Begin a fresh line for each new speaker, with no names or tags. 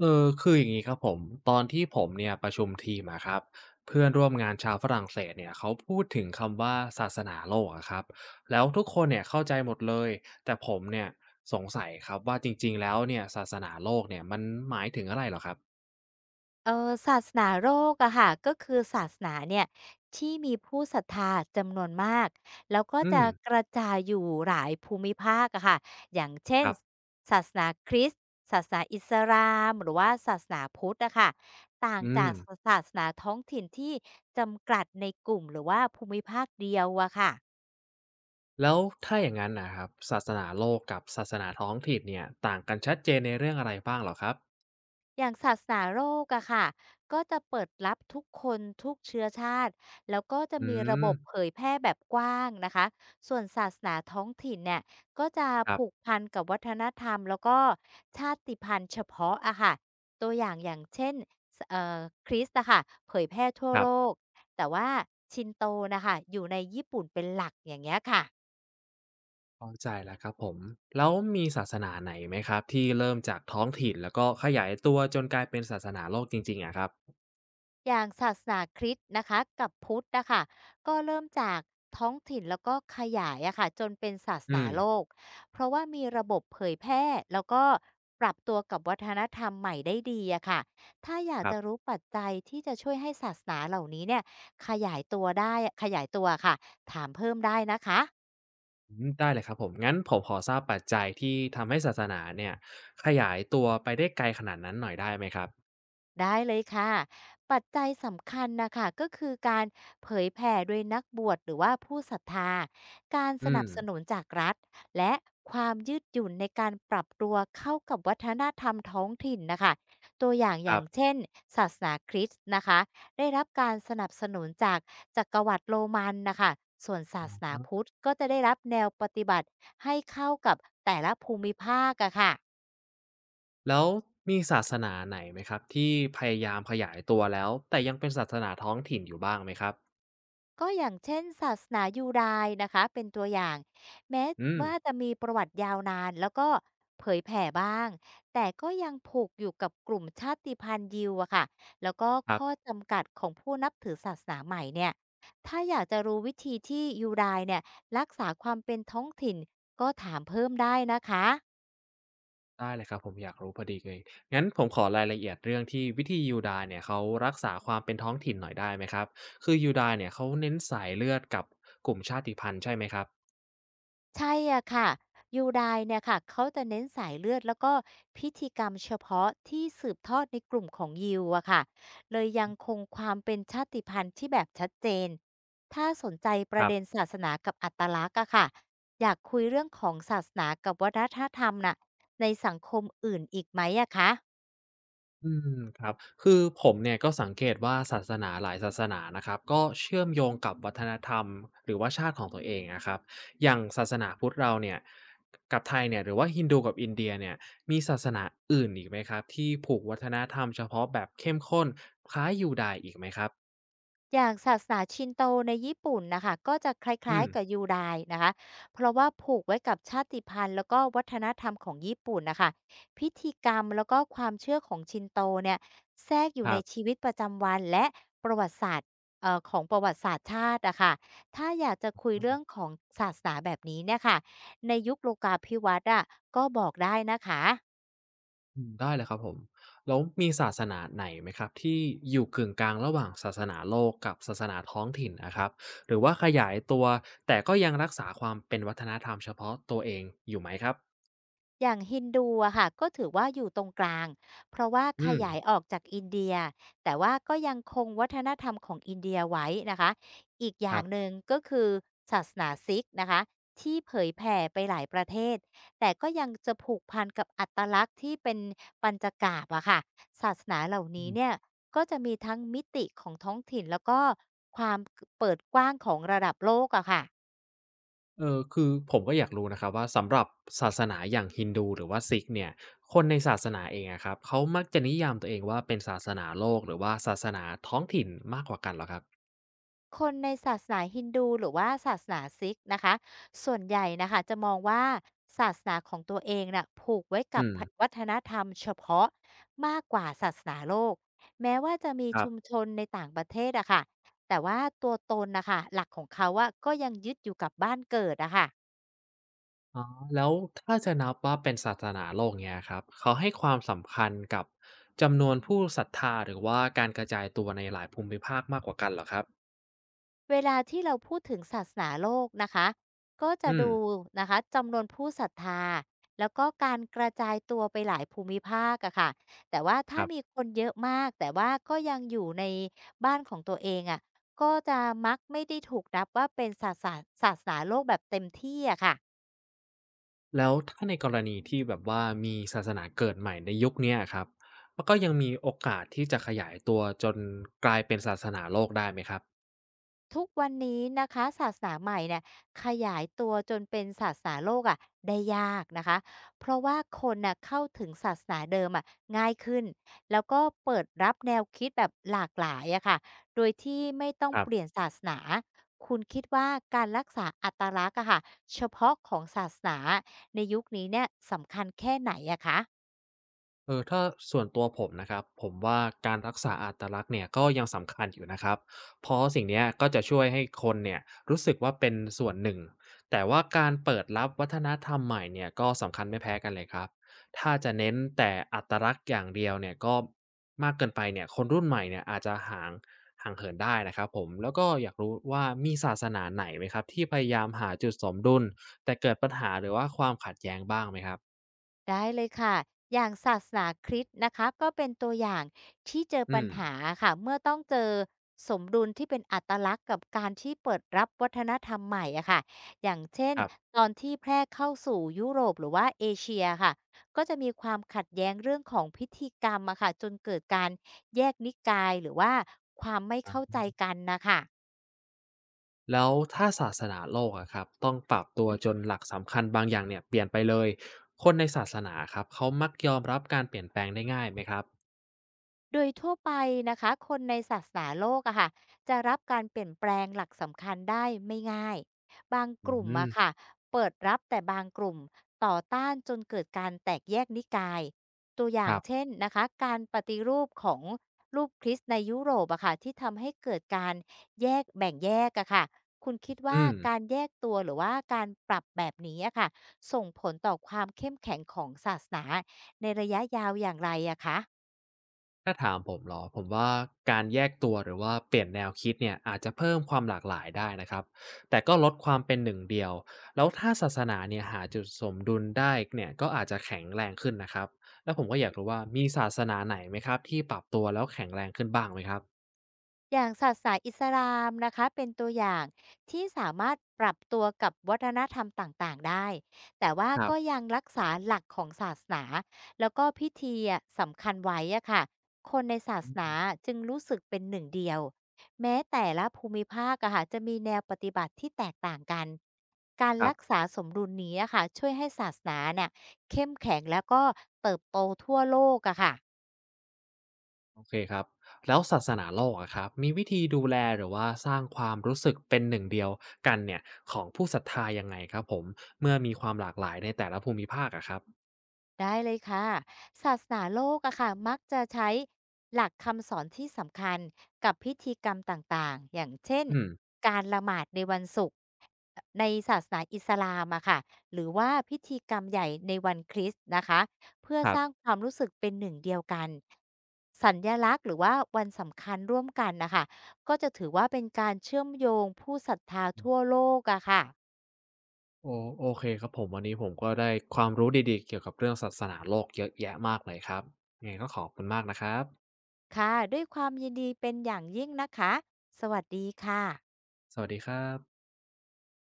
คืออย่างนี้ครับผมตอนที่ผมเนี่ยประชุมทีมอะครับเพื่อนร่วมงานชาวฝรั่งเศสเนี่ยเขาพูดถึงคำว่าศาสนาโลกอะครับแล้วทุกคนเนี่ยเข้าใจหมดเลยแต่ผมเนี่ยสงสัยครับว่าจริงๆแล้วเนี่ยศาสนาโลกเนี่ยมันหมายถึงอะไรเหรอครับ
เออศาสนาโลกอะค่ะก็คือศาสนาเนี่ยที่มีผู้ศรัทธาจำนวนมากแล้วก็
อืม
จะกระจายอยู่หลายภูมิภาคอะค่ะอย่างเช่
ค
น
รับ
ศาสนาคริสต์ศาสนาอิสลามหรือว่าศาสนาพุทธอะค่ะต่าง
อื
จา
ม
กศาสนาท้องถิ่นที่จำกัดในกลุ่มหรือว่าภูมิภาคเดียวอะค่ะ
แล้วถ้าอย่างนั้นนะครับศาสนาโลกกับศาสนาท้องถิ่นเนี่ยต่างกันชัดเจนในเรื่องอะไรบ้างเหรอครับ
อย่างศาสนาโลกอะค่ะก็จะเปิดรับทุกคนทุกเชื้อชาติแล้วก็จะ
อื
มีระ
ม
บบเผยแพร่แบบกว้างนะคะส่วนศาสนาท้องถิ่นเนี่ยก็จะ
ครั
ผูก
บ
พันกับวัฒนธรรมแล้วก็ชาติพันธุ์เฉพาะอะค่ะตัวอย่างอย่างเช่นสเอ่อคริสต์อะค่ะเผยแพร่ทั่ว
ครั
โล
บ
กแต่ว่าชินโตนะคะอยู่ในญี่ปุ่นเป็นหลักอย่างเงี้ยค่ะ
เข้าใจแล้วครับผมแล้วมีศาสนาไหนไหมครับที่เริ่มจากท้องถิ่นแล้วก็ขยายตัวจนกลายเป็นศาสนาโลกจริงๆอะครับ
อย่างศาสนาคริสต์นะคะกับพุทธนะคะก็เริ่มจากท้องถิ่นแล้วก็ขยายอะค่ะจนเป็นศาส
อื
นาโล
ม
กเพราะว่ามีระบบเผยแพร่แล้วก็ปรับตัวกับวัฒนธรรมใหม่ได้ดีอะค่ะถ้าอยา
ค
ก
รั
จะ
บ
รู้ปัจจัยที่จะช่วยให้ศาสนาเหล่านี้เนี่ยขยายตัวได้ขยายตัวค่ะถามเพิ่มได้นะคะ
อืมได้เลยครับผมงั้นผมขอทราบปัจจัยที่ทำให้ศาสนาเนี่ยขยายตัวไปได้ไกลขนาดนั้นหน่อยได้ไหมครับ
ได้เลยค่ะปัจจัยสำคัญนะคะก็คือการเผยแผ่โดยนักบวชหรือว่าผู้ศรัทธาการส
อืม
นับสนุนจากรัฐและความยืดหยุ่นในการปรับตัวเข้ากับวัฒนธรรมท้องถิ่นนะคะตัวอย่าง
ค
อ
รั
ย่า
บ
งเช่นศาสนาคริสต์นะคะได้รับการสนับสนุนจากจักรวรรดิโรมันนะคะส่วนศาสนาพุทธก็จะได้รับแนวปฏิบัติให้เข้ากับแต่ละภูมิภาคอะค่ะ
แล้วมีศาสนาไหนไหมครับที่พยายามขยายตัวแล้วแต่ยังเป็นศาสนาท้องถิ่นอยู่บ้างไหมครับ
ก็อย่างเช่นศาสนายูดายนะคะเป็นตัวอย่างแม้
อืม
ว่าจะมีประวัติยาวนานแล้วก็เผยแผ่บ้างแต่ก็ยังผูกอยู่กับกลุ่มชาติพันธุ์ยิวอะค่ะแล้วก็
ครั
ข้อ
บ
จำกัดของผู้นับถือศาสนาใหม่เนี่ยถ้าอยากจะรู้วิธีที่ยูดายเนี่ยรักษาความเป็นท้องถิ่นก็ถามเพิ่มได้นะคะ
ได้เลยครับผมอยากรู้พอดีเลยงั้นผมขอรายละเอียดเรื่องที่วิธียูดาเนี่ยเขารักษาความเป็นท้องถิ่นหน่อยได้ไหมครับคือยูดาเนี่ยเขาเน้นสายเลือดกับกลุ่มชาติพันธุ์ใช่ไหมครับ
ใช่อะค่ะยูไดเนี่ยค่ะเขาจะเน้นสายเลือดแล้วก็พิธีกรรมเฉพาะที่สืบทอดในกลุ่มของยิวอะค่ะเลยยังคงความเป็นชาติพันธุ์ที่แบบชัดเจนถ้าสนใจป
ค
ระ
รั
เด็น
บ
ศาสนากับอัตลักษณ์อะค่ะอยากคุยเรื่องของศาสนากับวัฒนธรรมน่ะในสังคมอื่นอีกไหมอะคะ
อืมครับคือผมเนี่ยก็สังเกตว่าศาสนาหลายศาสนานะครับก็เชื่อมโยงกับวัฒนธรรมหรือว่าชาติของตัวเองนะครับอย่างศาสนาพุทธเราเนี่ยกับไทยเนี่ยหรือว่าฮินดูกับอินเดียเนี่ยมีศาสนาอื่นอีกไหมครับที่ผูกวัฒนธรรมเฉพาะแบบเข้มข้นคล้ายยูดาห์อีกไหมครับ
อย่างศาสนาชินโตในญี่ปุ่นนะคะก็จะคล
อื
้าย
ม
ๆกับยูไดนะคะเพราะว่าผูกไว้กับชาติพันธุ์แล้วก็วัฒนธรรมของญี่ปุ่นนะคะพิธีกรรมแล้วก็ความเชื่อของชินโตเนี่ยแทรกอ
ค
ยู่
รั
ในชี
บ
วิตประจำวันและประวัติศาสตร์ของประวัติศาสตร์ชาติอะค่ะถ้าอยากจะคุยเรื่องของศาสนาแบบนี้เนี่ยค่ะในยุคโลกาภิวัตน์อะก็บอกได้นะคะ
อืมได้เลยครับผมแล้วมีศาสนาไหนไหมครับที่อยู่กึ่งกลางระหว่างศาสนาโลกกับศาสนาท้องถิ่นอะครับหรือว่าขยายตัวแต่ก็ยังรักษาความเป็นวัฒนธรรมเฉพาะตัวเองอยู่ไหมครับ
อย่างฮินดูอะค่ะก็ถือว่าอยู่ตรงกลางเพราะว่าข
อืม
ยายออกจากอินเดียแต่ว่าก็ยังคงวัฒนธรรมของอินเดียไว้นะคะอีกอ
ค
ย่า
รั
งห
บ
นึ่งก็คือศาสนาซิกนะคะที่เผยแผ่ไปหลายประเทศแต่ก็ยังจะผูกพันกับอัตลักษณ์ที่เป็นปัญจกาบอะค่ะศาสนาเหล่า
อื
นี้
ม
เนี่ยก็จะมีทั้งมิติของท้องถิ่นแล้วก็ความเปิดกว้างของระดับโลกอะค่ะ
คือผมก็อยากรู้นะครับว่าสำหรับศาสนาอย่างฮินดูหรือว่าซิกเนี่ยคนในศาสนาเองอะครับเขามักจะนิยามตัวเองว่าเป็นศาสนาโลกหรือว่าศาสนาท้องถิ่นมากกว่ากันเหรอครับ
คนในศาสนาฮินดูหรือว่าศาสนาซิกนะคะส่วนใหญ่นะคะจะมองว่าศาสนาของตัวเองน่ะผูกไว้กั
อื
บ
ม
วัฒนธรรมเฉพาะมากกว่าศาสนาโลกแม้ว่าจะมี
ครับ
ชุมชนในต่างประเทศอะค่ะแต่ว่าตัวตนนะคะหลักของเขาอะก็ยังยึดอยู่กับบ้านเกิดอะค่ะ
อ๋อแล้วถ้าจะนับว่าเป็นศาสนาโลกเนี้ยครับเขาให้ความสำคัญกับจำนวนผู้ศรัทธาหรือว่าการกระจายตัวในหลายภูมิภาคมากกว่ากันเหรอครับ
เวลาที่เราพูดถึงศาสนาโลกนะคะก็จะ
อืม
ดูนะคะจำนวนผู้ศรัทธาแล้วก็การกระจายตัวไปหลายภูมิภาคอะค่ะแต่ว่า
ค
ถ้า
รั
มี
บ
คนเยอะมากแต่ว่าก็ยังอยู่ในบ้านของตัวเองอะก็จะมักไม่ได้ถูกนับว่าเป็นศาสนาศาสนาโลกแบบเต็มที่อะค่ะ
แล้วถ้าในกรณีที่แบบว่ามีศาสนาเกิดใหม่ในยุคเนี้ยครับมันก็ยังมีโอกาสที่จะขยายตัวจนกลายเป็นศาสนาโลกได้ไหมครับ
ทุกวันนี้นะคะศาสนาใหม่เนี่ยขยายตัวจนเป็นศาสนาโลกอะได้ยากนะคะเพราะว่าคนน่ะเข้าถึงศาสนาเดิมอะง่ายขึ้นแล้วก็เปิดรับแนวคิดแบบหลากหลายอะค่ะโดยที่ไม่ต้อ
ค
ง
รับ
เปลี่ยนศาสนาคุณคิดว่าการรักษาอัตลักษณ์อะค่ะเฉพาะของศาสนาในยุคนี้เนี่ยสำคัญแค่ไหนอะคะ
ถ้าส่วนตัวผมนะครับผมว่าการรักษาอัตลักษณ์เนี่ยก็ยังสำคัญอยู่นะครับเพราะสิ่งเนี้ยก็จะช่วยให้คนเนี่ยรู้สึกว่าเป็นส่วนหนึ่งแต่ว่าการเปิดรับวัฒนธรรมใหม่เนี่ยก็สำคัญไม่แพ้กันเลยครับถ้าจะเน้นแต่อัตลักษณ์อย่างเดียวเนี่ยก็มากเกินไปเนี่ยคนรุ่นใหม่เนี่ยอาจจะห่างเหินได้นะครับผมแล้วก็อยากรู้ว่ามีศาสนาไหนไหมครับที่พยายามหาจุดสมดุลแต่เกิดปัญหาหรือว่าความขัดแย้งบ้างไหมครับ
ได้เลยค่ะ อย่างศาสนาคริสต์นะคะก็เป็นตัวอย่างที่เจอ
อื
ปัญ
ม
หาค่ะ เมื่อต้องเจอสมดุลที่เป็นอัตลักษณ์กับการที่เปิดรับวัฒนธรรมใหม่อะค่ะอย่างเช่น
ครับ
ตอนที่แพร่เข้าสู่ยุโรปหรือว่าเอเชียค่ะก็จะมีความขัดแย้งเรื่องของพิธีกรรมอะค่ะจนเกิดการแยกนิกายหรือว่าความไม่เข้าใจกันนะคะ
แล้วถ้าศาสนาโลกอะครับต้องปรับตัวจนหลักสำคัญบางอย่างเนี่ยเปลี่ยนไปเลยคนในศาสนาครับเขามักยอมรับการเปลี่ยนแปลงได้ง่ายไหมครับ
โดยทั่วไปนะคะคนในศาสนาโลกอะค่ะจะรับการเปลี่ยนแปลงหลักสำคัญได้ไม่ง่ายบาง
อื
กลุ่ม
ม
อะค่ะเปิดรับแต่บางกลุ่มต่อต้านจนเกิดการแตกแยกนิกายตัวอ
ค
ย่าง
รั
เช่
บ
นนะคะการปฏิรูปของรูปคริสต์ในยุโรปอะค่ะที่ทำให้เกิดการแบ่งแยกอะค่ะคุณคิดว่า
อืม
การแยกตัวหรือว่าการปรับแบบนี้อะค่ะส่งผลต่อความเข้มแข็งของศาสนาในระยะยาวอย่างไรอะคะ
ถ้าถามผมเหรอผมว่าการแยกตัวหรือว่าเปลี่ยนแนวคิดเนี่ยอาจจะเพิ่มความหลากหลายได้นะครับแต่ก็ลดความเป็นหนึ่งเดียวแล้วถ้าศาสนาเนี่ยหาจุดสมดุลได้เนี่ยก็อาจจะแข็งแรงขึ้นนะครับแล้วผมก็อยากรู้ว่ามีศาสนาไหนไหมครับที่ปรับตัวแล้วแข็งแรงขึ้นบ้างไหมครับ
อย่างศาสนาอิสลามนะคะเป็นตัวอย่างที่สามารถปรับตัวกับวัฒนธรรมต่างๆได้แต่ว่า
ครับ
ก็ยังรักษาหลักของศาสนาแล้วก็พิธีอะสำคัญไว้อะค่ะคนในศาสนาจึงรู้สึกเป็นหนึ่งเดียวแม้แต่ละภูมิภาคอะค่ะจะมีแนวปฏิบัติที่แตกต่างกันการ
ครับ
รักษาสมดุลนี้อะค่ะช่วยให้ศาสนาเนี่ยเข้มแข็งแล้วก็เติบโตทั่วโลกอะค่ะ
โอเคครับแล้วศาสนาโลกอะครับมีวิธีดูแลหรือว่าสร้างความรู้สึกเป็นหนึ่งเดียวกันเนี่ยของผู้ศรัทธายังไงครับผมเมื่อมีความหลากหลายในแต่ละภูมิภาคอะครับ
ได้เลยค่ะศาสนาโลกอะค่ะมักจะใช้หลักคำสอนที่สำคัญกับพิธีกรรมต่างๆอย่างเช่น
อืม
การละหมาดในวันศุกร์ในศาสนาอิสลามอะค่ะหรือว่าพิธีกรรมใหญ่ในวันคริสต์นะคะเพื่อ
ครั
ส
บ
ร้างความรู้สึกเป็นหนึ่งเดียวกันสัญญลักษณ์หรือว่าวันสำคัญร่วมกันนะคะก็จะถือว่าเป็นการเชื่อมโยงผู้ศรัทธาทั่วโลกอะค่ะ
โอโอเคครับผมวันนี้ผมก็ได้ความรู้ดีๆเกี่ยวกับเรื่องศาสนาโลกเยอะแยะมากเลยครับยังไงก็ขอบคุณมากนะครับ
ค่ะด้วยความยินดีเป็นอย่างยิ่งนะคะสวัสดีค่ะ
สวัสดีครับ